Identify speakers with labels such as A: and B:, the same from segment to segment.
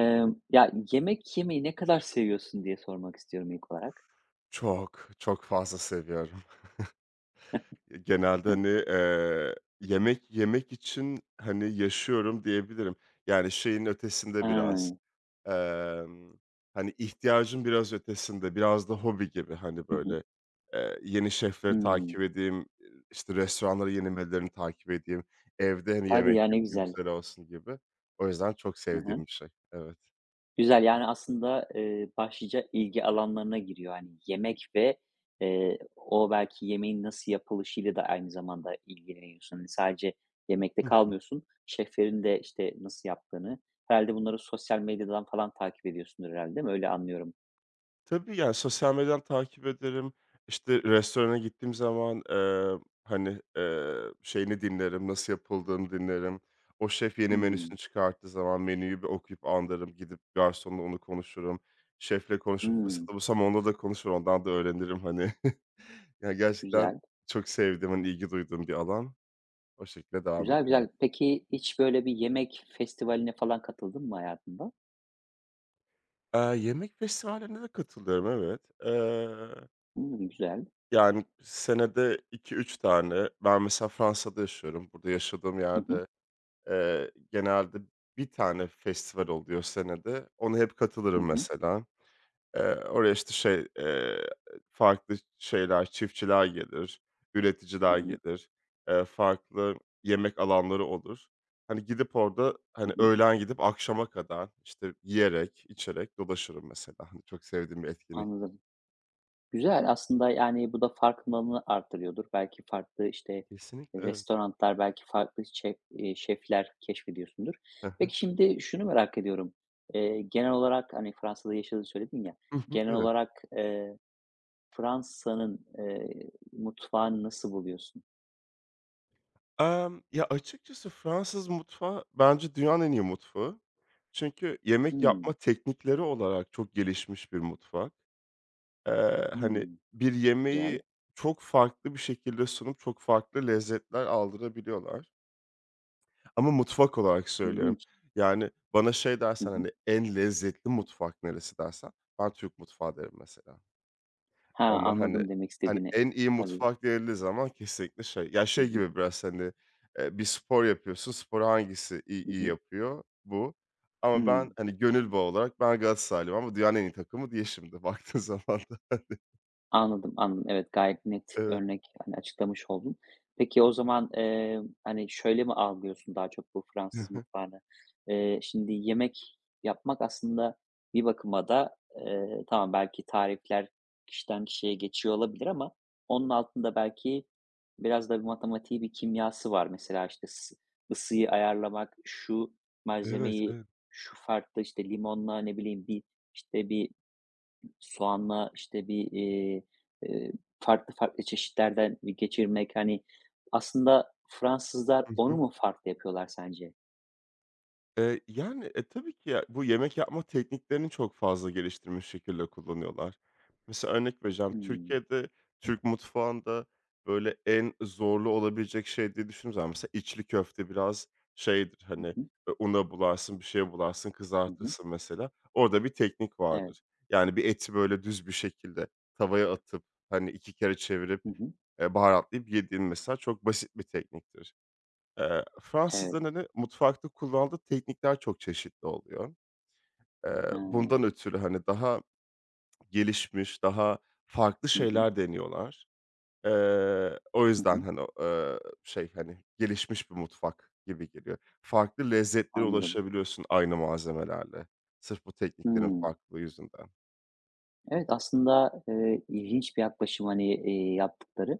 A: Yemek yemeyi ne kadar seviyorsun diye sormak istiyorum ilk olarak.
B: Çok, çok fazla seviyorum. Genelde,
A: Hıh.
B: hani, yemek yemek için, hani, yaşıyorum diyebilirim. Yani, şeyin ötesinde
A: Ha.
B: biraz, emm, hani, ihtiyacın biraz ötesinde, biraz da hobi gibi, hani,
A: Hı hı.
B: böyle, yeni şefleri
A: Hımm.
B: takip edeyim, işte, restoranlara yeni menülerini takip edeyim, evde, hani,
A: Hadi
B: yemek
A: ya, ne
B: yapayım,
A: güzel.
B: güzel olsun gibi. O yüzden çok
A: Hı hı.
B: sevdiğim bir şey. Evet.
A: Güzel, aslında, başlıca ilgi alanlarına giriyor. Hani, yemek ve, o belki yemeğin nasıl yapılışıyla da aynı zamanda ilgileniyorsun. Hani, sadece yemekte kalmıyorsun. Şeflerin de, işte, nasıl yaptığını herhâlde bunları sosyal medyadan falan takip ediyorsundur herhâlde, değil mi? Öyle anlıyorum.
B: Tabii, yani, sosyal medyadan takip ederim. İşte, restorana gittiğim zaman, hani, şeyini dinlerim, nasıl yapıldığını dinlerim. O şef yeni
A: Hımm.
B: menüsünü çıkarttığı zaman menüyü bir okuyup anlarım. Gidip garsonla onu konuşurum. Şefle konuşup
A: Hımm.
B: fırsatı bulsam onunla da konuşur, ondan da öğrenirim, hani. Yani gerçekten
A: Güzel.
B: çok sevdiğim, hani, ilgi duyduğum bir alan. O şekilde devam
A: Güzel,
B: ediyorum.
A: güzel. Peki hiç böyle bir yemek festivaline falan katıldın mı hayatında?
B: Yemek festivallerine de katılıyorum, evet.
A: Hımm, güzel.
B: Yani, senede iki üç tane. Ben mesela Fransa'da yaşıyorum. Burada yaşadığım
A: Hı hı.
B: yerde, genelde bir tane festival oluyor senede. Ona hep
A: Hı
B: katılırım
A: hı.
B: mesela. Oraya, işte, şey, farklı şeyler, çiftçiler gelir,
A: Hı
B: üreticiler
A: hı.
B: gelir, farklı yemek alanları olur. Hani, gidip orada,
A: Hı
B: hani,
A: hı.
B: öğlen gidip akşama kadar, işte, yiyerek, içerek dolaşırım mesela. Hani, çok sevdiğim bir etkinlik.
A: Anladım. Güzel aslında, yani, bu da farkındalığını arttırıyordur. Belki farklı, işte,
B: Kesinlikle, evet.
A: restoranlar, belki farklı şefler keşfediyorsundur. Peki şimdi şunu merak ediyorum. Genel olarak, hani, Fransa'da yaşadığını söyledin ya,
B: Hı hı,
A: genel
B: evet.
A: olarak, Fransa'nın, mutfağını nasıl buluyorsun?
B: Ya, açıkçası Fransız mutfağı bence dünyanın en iyi mutfağı. Çünkü yemek yapma
A: Hımm.
B: teknikleri olarak çok gelişmiş bir mutfak. Hani,
A: Hımm.
B: bir
A: Güzel,
B: yemeği çok farklı bir şekilde sunup çok farklı lezzetler aldırabiliyorlar ama mutfak olarak söylüyorum.
A: ilginç.
B: Yani, bana şey
A: Hı
B: dersen,
A: hı.
B: hani, "En lezzetli mutfak neresi?" dersen ben Türk mutfağı derim mesela.
A: Ha,
B: Ama, hani
A: anladım demek
B: hani,
A: istediğini.
B: en iyi
A: Tabii.
B: mutfak denildiği zaman kesinlikle şey ya,
A: Hı
B: şey
A: hı.
B: gibi biraz, hani, bir spor yapıyorsun, sporu hangisi iyi
A: Hı
B: iyi
A: hı.
B: yapıyor? Bu. Ama
A: Hıı.
B: ben, hani, gönül bağı olarak ben Galatasaraylıyım ama dünyanın en iyi takımı diye şimdi baktığın zaman da.
A: Anladım, anladım. Evet, gayet net
B: Evet.
A: örnek, hani, açıklamış oldun. Peki o zaman, hani, şöyle mi algılıyorsun daha çok bu Fransız mutfağını? Şimdi yemek yapmak aslında bir bakıma da, tamam belki tarifler kişiden kişiye geçiyor olabilir ama onun altında belki biraz da bir matematiği, bir kimyası var. Mesela, işte, ısıyı ayarlamak, şu
B: Evet,
A: malzemeyi
B: evet.
A: şu farklı, işte, limonla, ne bileyim, bir, işte, bir, soğanla, işte, bir, eee, farklı farklı çeşitlerden bir geçirmek, hani, aslında Fransızlar onu mu farklı yapıyorlar sence?
B: Yani, tabii ki ya bu yemek yapma tekniklerini çok fazla geliştirmiş şekilde kullanıyorlar. Mesela örnek vereceğim,
A: Hımm.
B: Türkiye'de, Türk mutfağında, böyle, en zorlu olabilecek şey diye düşündüğüm zaman mesela içli köfte biraz şeydir,
A: Hı
B: hani,
A: hı.
B: una bularsın, bir şeye bularsın,
A: Hı hı.
B: kızartırsın mesela. Orada bir teknik
A: Evet.
B: vardır. Yani, bir eti, böyle, düz bir şekilde tavaya atıp, hani, 2 kere çevirip,
A: Hı hı.
B: baharatlayıp yediğin mesela çok basit bir tekniktir.
A: Evet.
B: Fransızların, hani, mutfakta kullandığı teknikler çok çeşitli oluyor.
A: He.
B: Bundan ötürü, hani, daha gelişmiş, daha farklı
A: Hı hı.
B: şeyler deniyorlar. O
A: Hı
B: yüzden,
A: hı.
B: hani, o, şey, hani, gelişmiş bir mutfak gibi geliyor. Farklı lezzetlere
A: Anladım.
B: ulaşabiliyorsun aynı malzemelerle. Sırf bu tekniklerin
A: Hımm.
B: farklılığı yüzünden.
A: Evet, aslında, ilginç bir yaklaşım, hani, yaptıkları.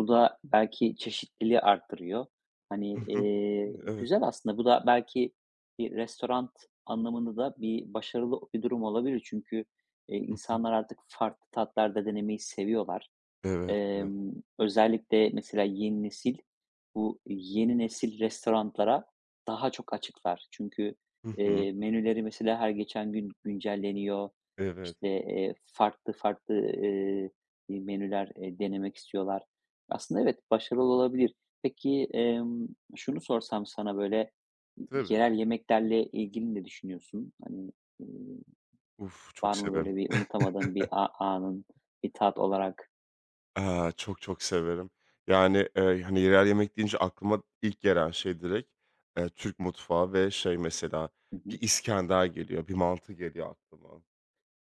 A: Bu da belki çeşitliliği arttırıyor. Hani,
B: Hı hı. Değil mi? Evet.
A: güzel aslında. Bu da belki bir restoran anlamında da bir başarılı bir durum olabilir. Çünkü,
B: Hı hı.
A: insanlar artık farklı tatlar da denemeyi seviyorlar.
B: Evet, evet.
A: Emm, özellikle mesela yeni nesil, bu yeni nesil restoranlara daha çok açıklar. Çünkü,
B: Hı hı.
A: menüleri mesela her geçen gün güncelleniyor.
B: Evet.
A: İşte, farklı farklı, menüler, denemek istiyorlar. Aslında evet, başarılı olabilir. Peki, şunu sorsam sana böyle,
B: Tabii.
A: yerel yemeklerle ilgili ne düşünüyorsun? Hani, ııı,
B: Uf, çok
A: var mı
B: severim.
A: böyle bir unutamadığın bir anın, bir tat olarak?
B: Aaa, çok çok severim. Yani, hani, yerel yemek deyince aklıma ilk gelen şey direkt, Türk mutfağı ve şey mesela
A: Hı
B: bir
A: hı.
B: iskender geliyor, bir mantı geliyor aklıma.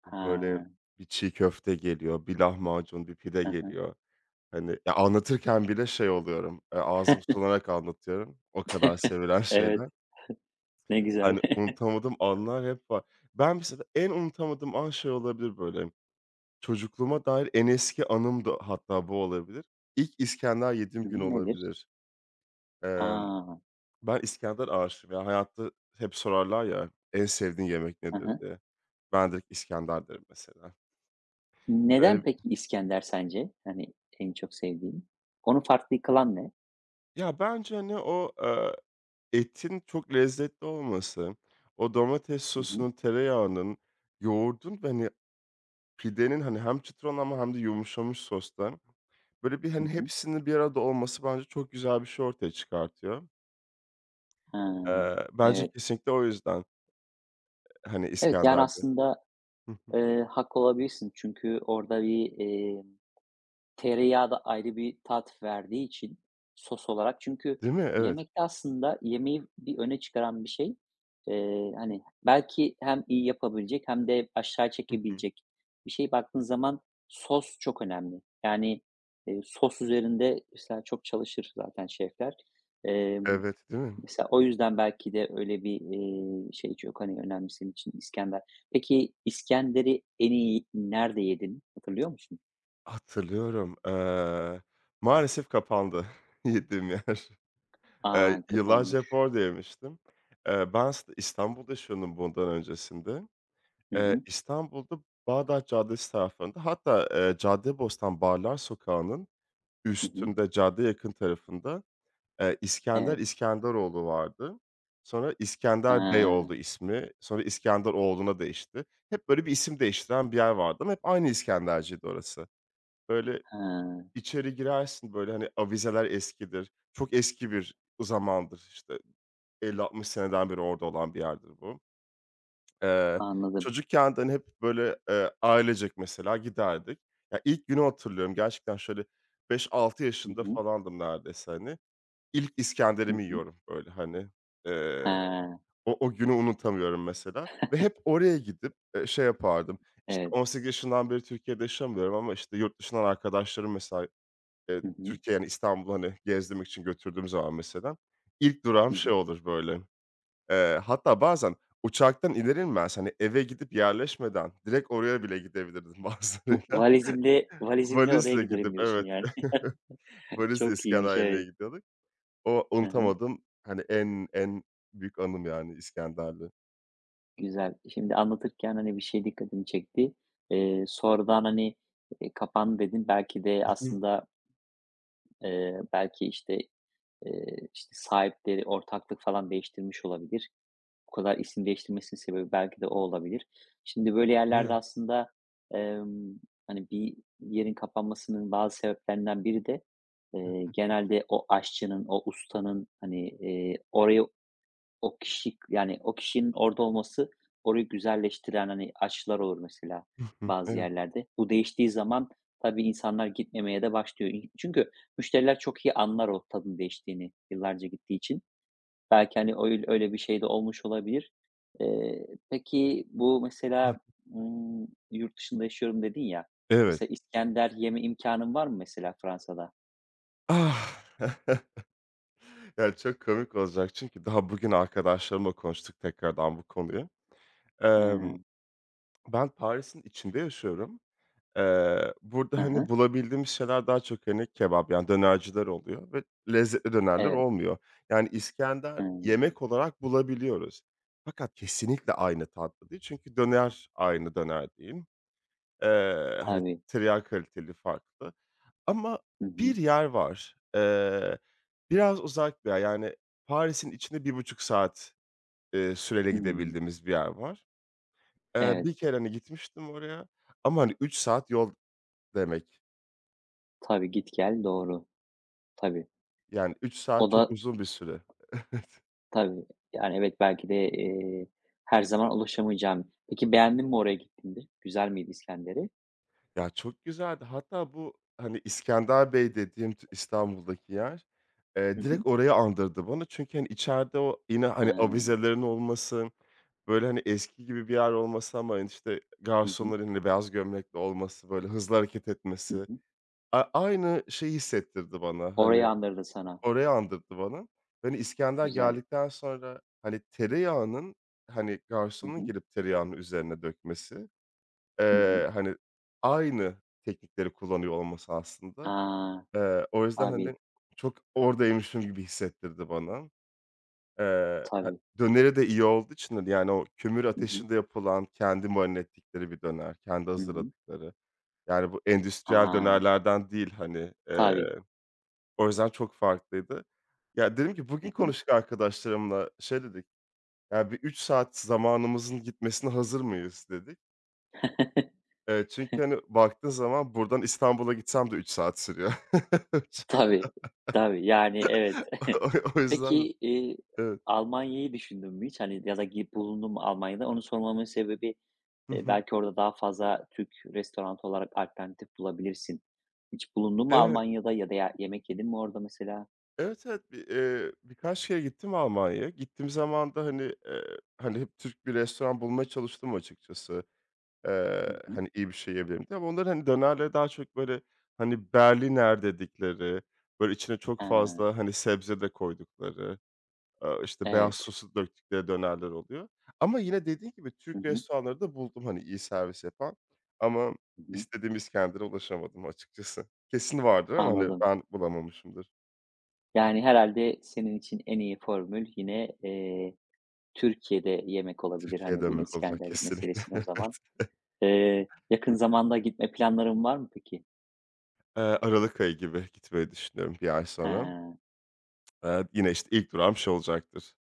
B: Bir
A: Ha.
B: böyle bir çiğ köfte geliyor, bir lahmacun, bir pide
A: Hı hı.
B: geliyor. Hani, ya, anlatırken bile şey oluyorum, ağzım sulanarak anlatıyorum. O kadar sevilen
A: Evet,
B: şeyler.
A: ne güzel.
B: Hani, unutamadığım anlar hep var. Ben mesela en unutamadığım an şey olabilir böyle. Çocukluğuma dair en eski anım da hatta bu olabilir. İlk İskender yediğim
A: Hı
B: gün
A: hı, nedir?
B: olabilir. Emm,
A: A!
B: Ben İskender aşığım. Ya, hayatta hep sorarlar ya, "En sevdiğin yemek
A: Hı
B: nedir?"
A: hı.
B: diye. Ben direkt İskender derim mesela. Böyle.
A: Neden peki İskender sence? Hani, en çok sevdiğin? Onu farklı kılan ne?
B: Ya, bence, hani, o, etin çok lezzetli olması, o domates
A: Hı hı.
B: sosunun, tereyağının, yoğurdun ve, hani, pidenin, hani, hem çıtır olan ama hem de yumuşamış sosta, böyle bir,
A: Hı
B: hani,
A: hı.
B: hepsinin bir arada olması bence çok güzel bir şey ortaya çıkartıyor.
A: Ha.
B: Bence
A: Evet.
B: kesinlikle o yüzden, hani,
A: Evet, yani,
B: İskender'di.
A: aslında,
B: Hı hı.
A: haklı olabilirsin çünkü orada bir, tereyağı da ayrı bir tat verdiği için sos olarak çünkü
B: Değil mi? Evet.
A: yemekte aslında yemeği bir öne çıkaran bir şey. Hani, belki hem iyi yapabilecek hem de aşağı
B: Hı hı.
A: çekebilecek bir şey. Baktığın zaman sos çok önemli. Yani, sos üzerinde mesela çok çalışır zaten şefler. Emm,
B: Evet, değil mi?
A: mesela o yüzden belki de öyle bir, şey çok, hani, önemli senin için İskender. Peki İskender'i en iyi nerede yedin? Hatırlıyor musun?
B: Hatırlıyorum. Maalesef kapandı yediğim yer.
A: A, kötü
B: Yıllarca hep
A: olmuş.
B: orada yemiştim. Ben aslında İstanbul'da yaşıyordum bundan öncesinde.
A: Hı hı.
B: İstanbul'da Bağdat Caddesi taraflarında hatta, Caddebostan Barlar Sokağı'nın
A: Hı hı.
B: üstünde, caddeye yakın tarafında. İskender
A: Evet.
B: İskenderoğlu vardı. Sonra
A: Ha,
B: İskender Bey oldu ismi. Sonra İskenderoğlu'na değişti. Hep böyle bir isim değiştiren bir yer vardı ama hep aynı İskenderciydi orası. Böyle,
A: ha,
B: içeri girersin, böyle, hani, avizeler eskidir. Çok eski bir zamandır, işte, 50-60 seneden beri orada olan bir yerdir bu. Eee,
A: anladım.
B: Çocukken de, hani, hep böyle, ailecek mesela giderdik. Ya, ilk günü hatırlıyorum gerçekten şöyle 5-6
A: Hı
B: yaşında
A: hı.
B: falandım neredeyse, hani. İlk
A: Hı
B: İskender'imi
A: hı.
B: yiyorum böyle hani.
A: Ha,
B: Eee, o günü unutamıyorum mesela ve hep oraya gidip, şey yapardım, işte,
A: evet.
B: 18 yaşından beri Türkiye'de yaşamıyorum ama, işte, yurt dışından arkadaşlarım mesela,
A: Hı hı.
B: Türkiye, yani, İstanbul hani, gezdirmek için götürdüğüm zaman mesela ilk
A: Hı
B: durağım
A: hı.
B: şey olur böyle, hatta bazen uçaktan iner inmez, hani, eve gidip yerleşmeden direkt oraya bile gidebilirdim
A: Bu
B: bazılarıyla.
A: valizimle valizimle oraya
B: Valizle gidip
A: giderim diyorsun
B: evet,
A: yani.
B: valizle
A: Çok
B: İskender
A: iyiymiş,
B: yemeye
A: evet.
B: gidiyorduk. O
A: Hı hı.
B: unutamadığım, hani, en büyük anım yani İskenderli. Hı
A: Güzel. Şimdi anlatırken, hani, bir şey dikkatimi çekti. Sonradan, hani, "kapandı" dedin. Belki de
B: hı.
A: aslında, belki, işte, işte, sahipleri, ortaklık falan değiştirmiş olabilir. Bu kadar isim değiştirmesinin sebebi belki de o olabilir. Şimdi böyle yerlerde
B: Değil
A: aslında, emm, hani, bir yerin kapanmasının bazı sebeplerinden biri de,
B: Hı
A: genelde o aşçının, o ustanın, hani, orayı o kişi yani o kişinin orada olması orayı güzelleştiren, hani, aşçılar olur mesela
B: hı.
A: bazı
B: Evet.
A: yerlerde. Bu değiştiği zaman tabii insanlar gitmemeye de başlıyor. İ çünkü müşteriler çok iyi anlar o tadın değiştiğini yıllarca gittiği için. Belki, hani, öyle öyle bir şey de olmuş olabilir. Peki bu mesela, yurt dışında yaşıyorum dedin ya,
B: Evet.
A: mesela İskender yeme imkanın var mı mesela Fransa'da?
B: Ah! Ya, çok komik olacak çünkü daha bugün arkadaşlarımla konuştuk tekrardan bu konuyu. Emm,
A: Hıı.
B: Ben Paris'in içinde yaşıyorum. Burada,
A: Hı
B: hani,
A: hı.
B: bulabildiğimiz şeyler daha çok, hani, kebap, yani, dönerciler oluyor ve lezzetli dönerler
A: Evet.
B: olmuyor. Yani, İskender
A: Hımm.
B: yemek olarak bulabiliyoruz. Fakat kesinlikle aynı tatlı değil çünkü döner aynı döner değil. Hani,
A: Tabii.
B: tereyağı kaliteli, farklı ama
A: Hı
B: bir
A: hı.
B: yer var, biraz uzak bir yer, yani, Paris'in içinde 1,5 saat, süreyle
A: Hımm.
B: gidebildiğimiz bir yer var.
A: Evet.
B: Bir kere, hani, gitmiştim oraya ama, hani, 3 saat yol demek.
A: Tabii, git gel, doğru. Tabii.
B: Yani, 3
A: O
B: saat çok
A: da
B: uzun bir süre.
A: tabii. Yani, evet, belki de, her zaman ulaşamayacağım. Peki beğendin mi oraya gittiğinde? Güzel miydi İskender'i?
B: Ya, çok güzeldi. Hatta bu, hani, İskender Bey dediğim İstanbul'daki yer,
A: Hı hı.
B: direkt orayı andırdı bana. Çünkü, hani, içeride o yine, hani,
A: Hıı.
B: avizelerin olması, böyle, hani, eski gibi bir yer olması ama, hani, işte,
A: Hı hı.
B: garsonların, hani, beyaz gömlekli olması, böyle, hızlı hareket
A: Hı
B: etmesi,
A: hı.
B: aynı şeyi hissettirdi bana,
A: Orayı
B: hani,
A: andırdı sana.
B: orayı andırdı bana. Hani, İskender
A: Güzel.
B: geldikten sonra, hani, tereyağının, hani,
A: Hı
B: garsonun
A: hı.
B: gelip tereyağını üzerine dökmesi.
A: Hı hı.
B: Hani, aynı teknikleri kullanıyor olması aslında.
A: A!
B: O yüzden,
A: Tabii,
B: hani, çok oradaymışım gibi hissettirdi bana. Eee, ha
A: tabii.
B: Döneri de iyi olduğu için, hani, yani, o kömür
A: Hı hı.
B: ateşinde yapılan, kendi marine ettikleri bir döner, kendi
A: Hı hı.
B: hazırladıkları. Yani, bu endüstriyel
A: A!
B: dönerlerden değil, hani.
A: Tabii.
B: O yüzden çok farklıydı. Ya, dedim ki
A: Hı
B: bugün
A: hı.
B: konuştuk arkadaşlarımla, şey dedik, "Ya, bir 3 saat zamanımızın gitmesine hazır mıyız?" dedik. Evet, çünkü, hani, baktığın zaman buradan İstanbul'a gitsem de 3 saat sürüyor. Çok.
A: Tabii, tabii. Yani, evet.
B: O o yüzden.
A: Peki,
B: Evet.
A: Almanya'yı düşündün mü hiç? Hani, ya da gidip bulundun mu Almanya'da? Onu sormamın sebebi,
B: Hı hı.
A: belki orada daha fazla Türk restoranı olarak alternatif bulabilirsin. Hiç bulundun mu
B: Evet,
A: Almanya'da ya da ya yemek yedin mi orada mesela?
B: evet, evet. Bir, birkaç kere gittim Almanya'ya. Gittiğim zaman da, hani, hep Türk bir restoran bulmaya çalıştım açıkçası.
A: Hı hı.
B: Hani, iyi bir şey yiyebilirim diye ama onların, hani, dönerleri daha çok, böyle, hani, Berliner dedikleri, böyle, içine çok
A: Ha,
B: fazla, hani, sebze de koydukları işte, beyaz
A: evet.
B: sosu döktükleri dönerler oluyor ama yine dediğin gibi
A: Hı
B: Türk
A: hı.
B: restoranları da buldum, hani, iyi servis yapan ama
A: Hı hı.
B: istediğim İskender'e ulaşamadım açıkçası. Kesin vardır ama, hani,
A: Anladım.
B: ben bulamamışımdır.
A: Yani, herhalde senin için en iyi formül yine, Türkiye'de yemek olabilir,
B: Türkiye'ye
A: hani, bu
B: dönmek olacak
A: İskender
B: kesinlikle.
A: meselesini o zaman.
B: Evet.
A: Yakın zamanda gitme planların var mı peki?
B: Aralık ayı gibi gitmeyi düşünüyorum bir ay sonra.
A: He,
B: Yine, işte, ilk durağım şey olacaktır,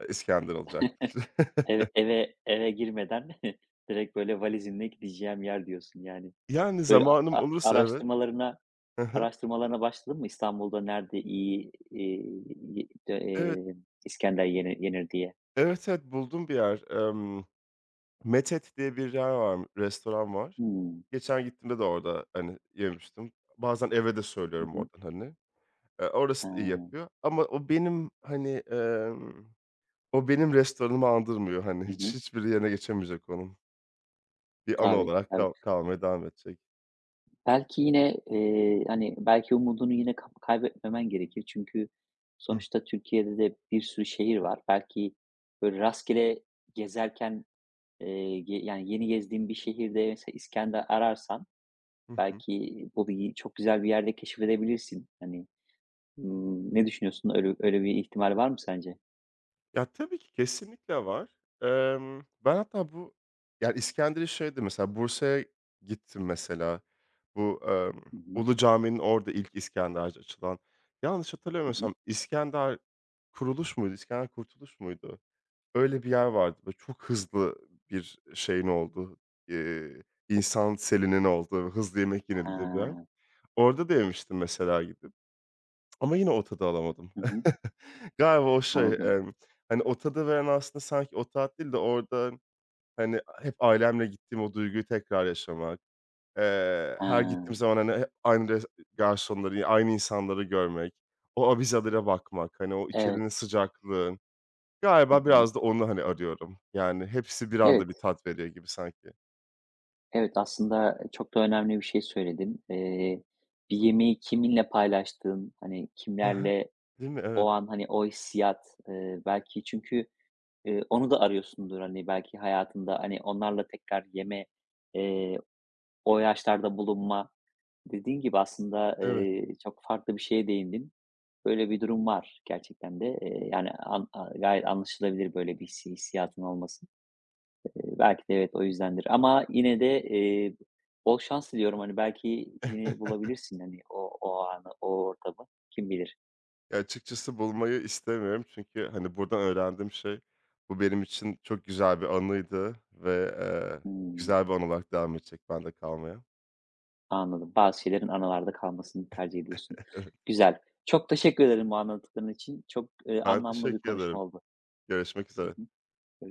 B: İskender olacaktır.
A: eve eve eve girmeden direkt, böyle, valizinle gideceğim yer diyorsun, yani.
B: Yani
A: Böyle, a
B: zamanım
A: a
B: olursa evet.
A: araştırmalarına
B: Hı hı.
A: araştırmalarına başladın mı İstanbul'da nerede iyi, y d
B: Evet,
A: iskender yenir diye?
B: evet, evet, buldum bir yer. Metet diye bir yer var, restoran var.
A: Hımm.
B: Geçen gittiğimde de orada, hani, yemiştim. Bazen eve de
A: Hı
B: söylüyorum
A: hı.
B: oradan, hani. Orası
A: He.
B: da iyi yapıyor ama o benim, hani, o benim restoranımı andırmıyor, hani.
A: Hı
B: Hiç
A: hı.
B: hiçbir yerine geçemeyecek onun. Bir ana
A: Tabii,
B: olarak
A: tabii.
B: kalmaya devam edecek.
A: Belki yine, hani, belki umudunu yine kaybetmemen gerekir. Çünkü sonuçta Türkiye'de de bir sürü şehir var. Belki böyle rastgele gezerken, ge yani yeni gezdiğin bir şehirde mesela İskender ararsan
B: Hı hı.
A: belki bu bir çok güzel bir yerde keşfedebilirsin. Hani, ne düşünüyorsun? Öyle öyle bir ihtimal var mı sence?
B: Ya, tabii ki kesinlikle var. Ben hatta bu yani İskender'i şeydi mesela, Bursa'ya gittim mesela. Bu,
A: Hı hı.
B: Ulu Cami'nin orada ilk İskenderci açılan. Yanlış
A: Hı hı.
B: hatırlamıyorsam İskender Kuruluş muydu, İskender Kurtuluş muydu? Öyle bir yer vardı. Böyle çok hızlı bir şeyin olduğu, eee, insan selinin olduğu, hızlı yemek
A: Ha.
B: yenildiği bir yer. Orada da yemiştim mesela gidip. Ama yine o tadı alamadım.
A: Hı hı.
B: Galiba o şey,
A: Anladım.
B: hani, o tadı veren aslında sanki o tat değil de orada, hani, hep ailemle gittiğim o duyguyu tekrar yaşamak,
A: Ha.
B: her gittiğim zaman, hani, hep aynı garsonları, aynı insanları görmek, o avizelere bakmak, hani, o
A: Evet.
B: içerinin sıcaklığı.
A: Hı
B: Galiba
A: hı.
B: biraz da onu, hani, arıyorum. Yani hepsi bir
A: Evet.
B: anda bir tat veriyor gibi sanki.
A: Evet, aslında çok da önemli bir şey söyledin. Bir yemeği kiminle paylaştığın, hani, kimlerle
B: Değil mi?
A: o
B: Evet.
A: an, hani, o hissiyat, belki çünkü, onu da arıyorsundur, hani, belki hayatında, hani, onlarla tekrar yeme, eee, o yaşlarda bulunma. Dediğin gibi aslında,
B: Evet.
A: çok farklı bir şeye değindin. Böyle bir durum var gerçekten de. Yani, an a gayet anlaşılabilir böyle bir hissiyatın olması. Belki de evet, o yüzdendir ama yine de, bol şans diliyorum. Hani, belki yine bulabilirsin, hani, o o anı, o ortamı. Kim bilir?
B: Ya, açıkçası bulmayı istemiyorum çünkü, hani, buradan öğrendiğim şey, bu benim için çok güzel bir anıydı ve, eee,
A: Hımm,
B: güzel bir an olarak devam edecek bende kalmaya.
A: anladım. Bazı şeylerin anılarda kalmasını tercih ediyorsun.
B: Evet,
A: Güzel. Çok teşekkür ederim bu anlattıkların için. Çok,
B: ben
A: anlamlı bir
B: teşekkür
A: konuşma
B: ederim.
A: oldu.
B: Görüşmek
A: Hı
B: üzere.
A: hı. Görüş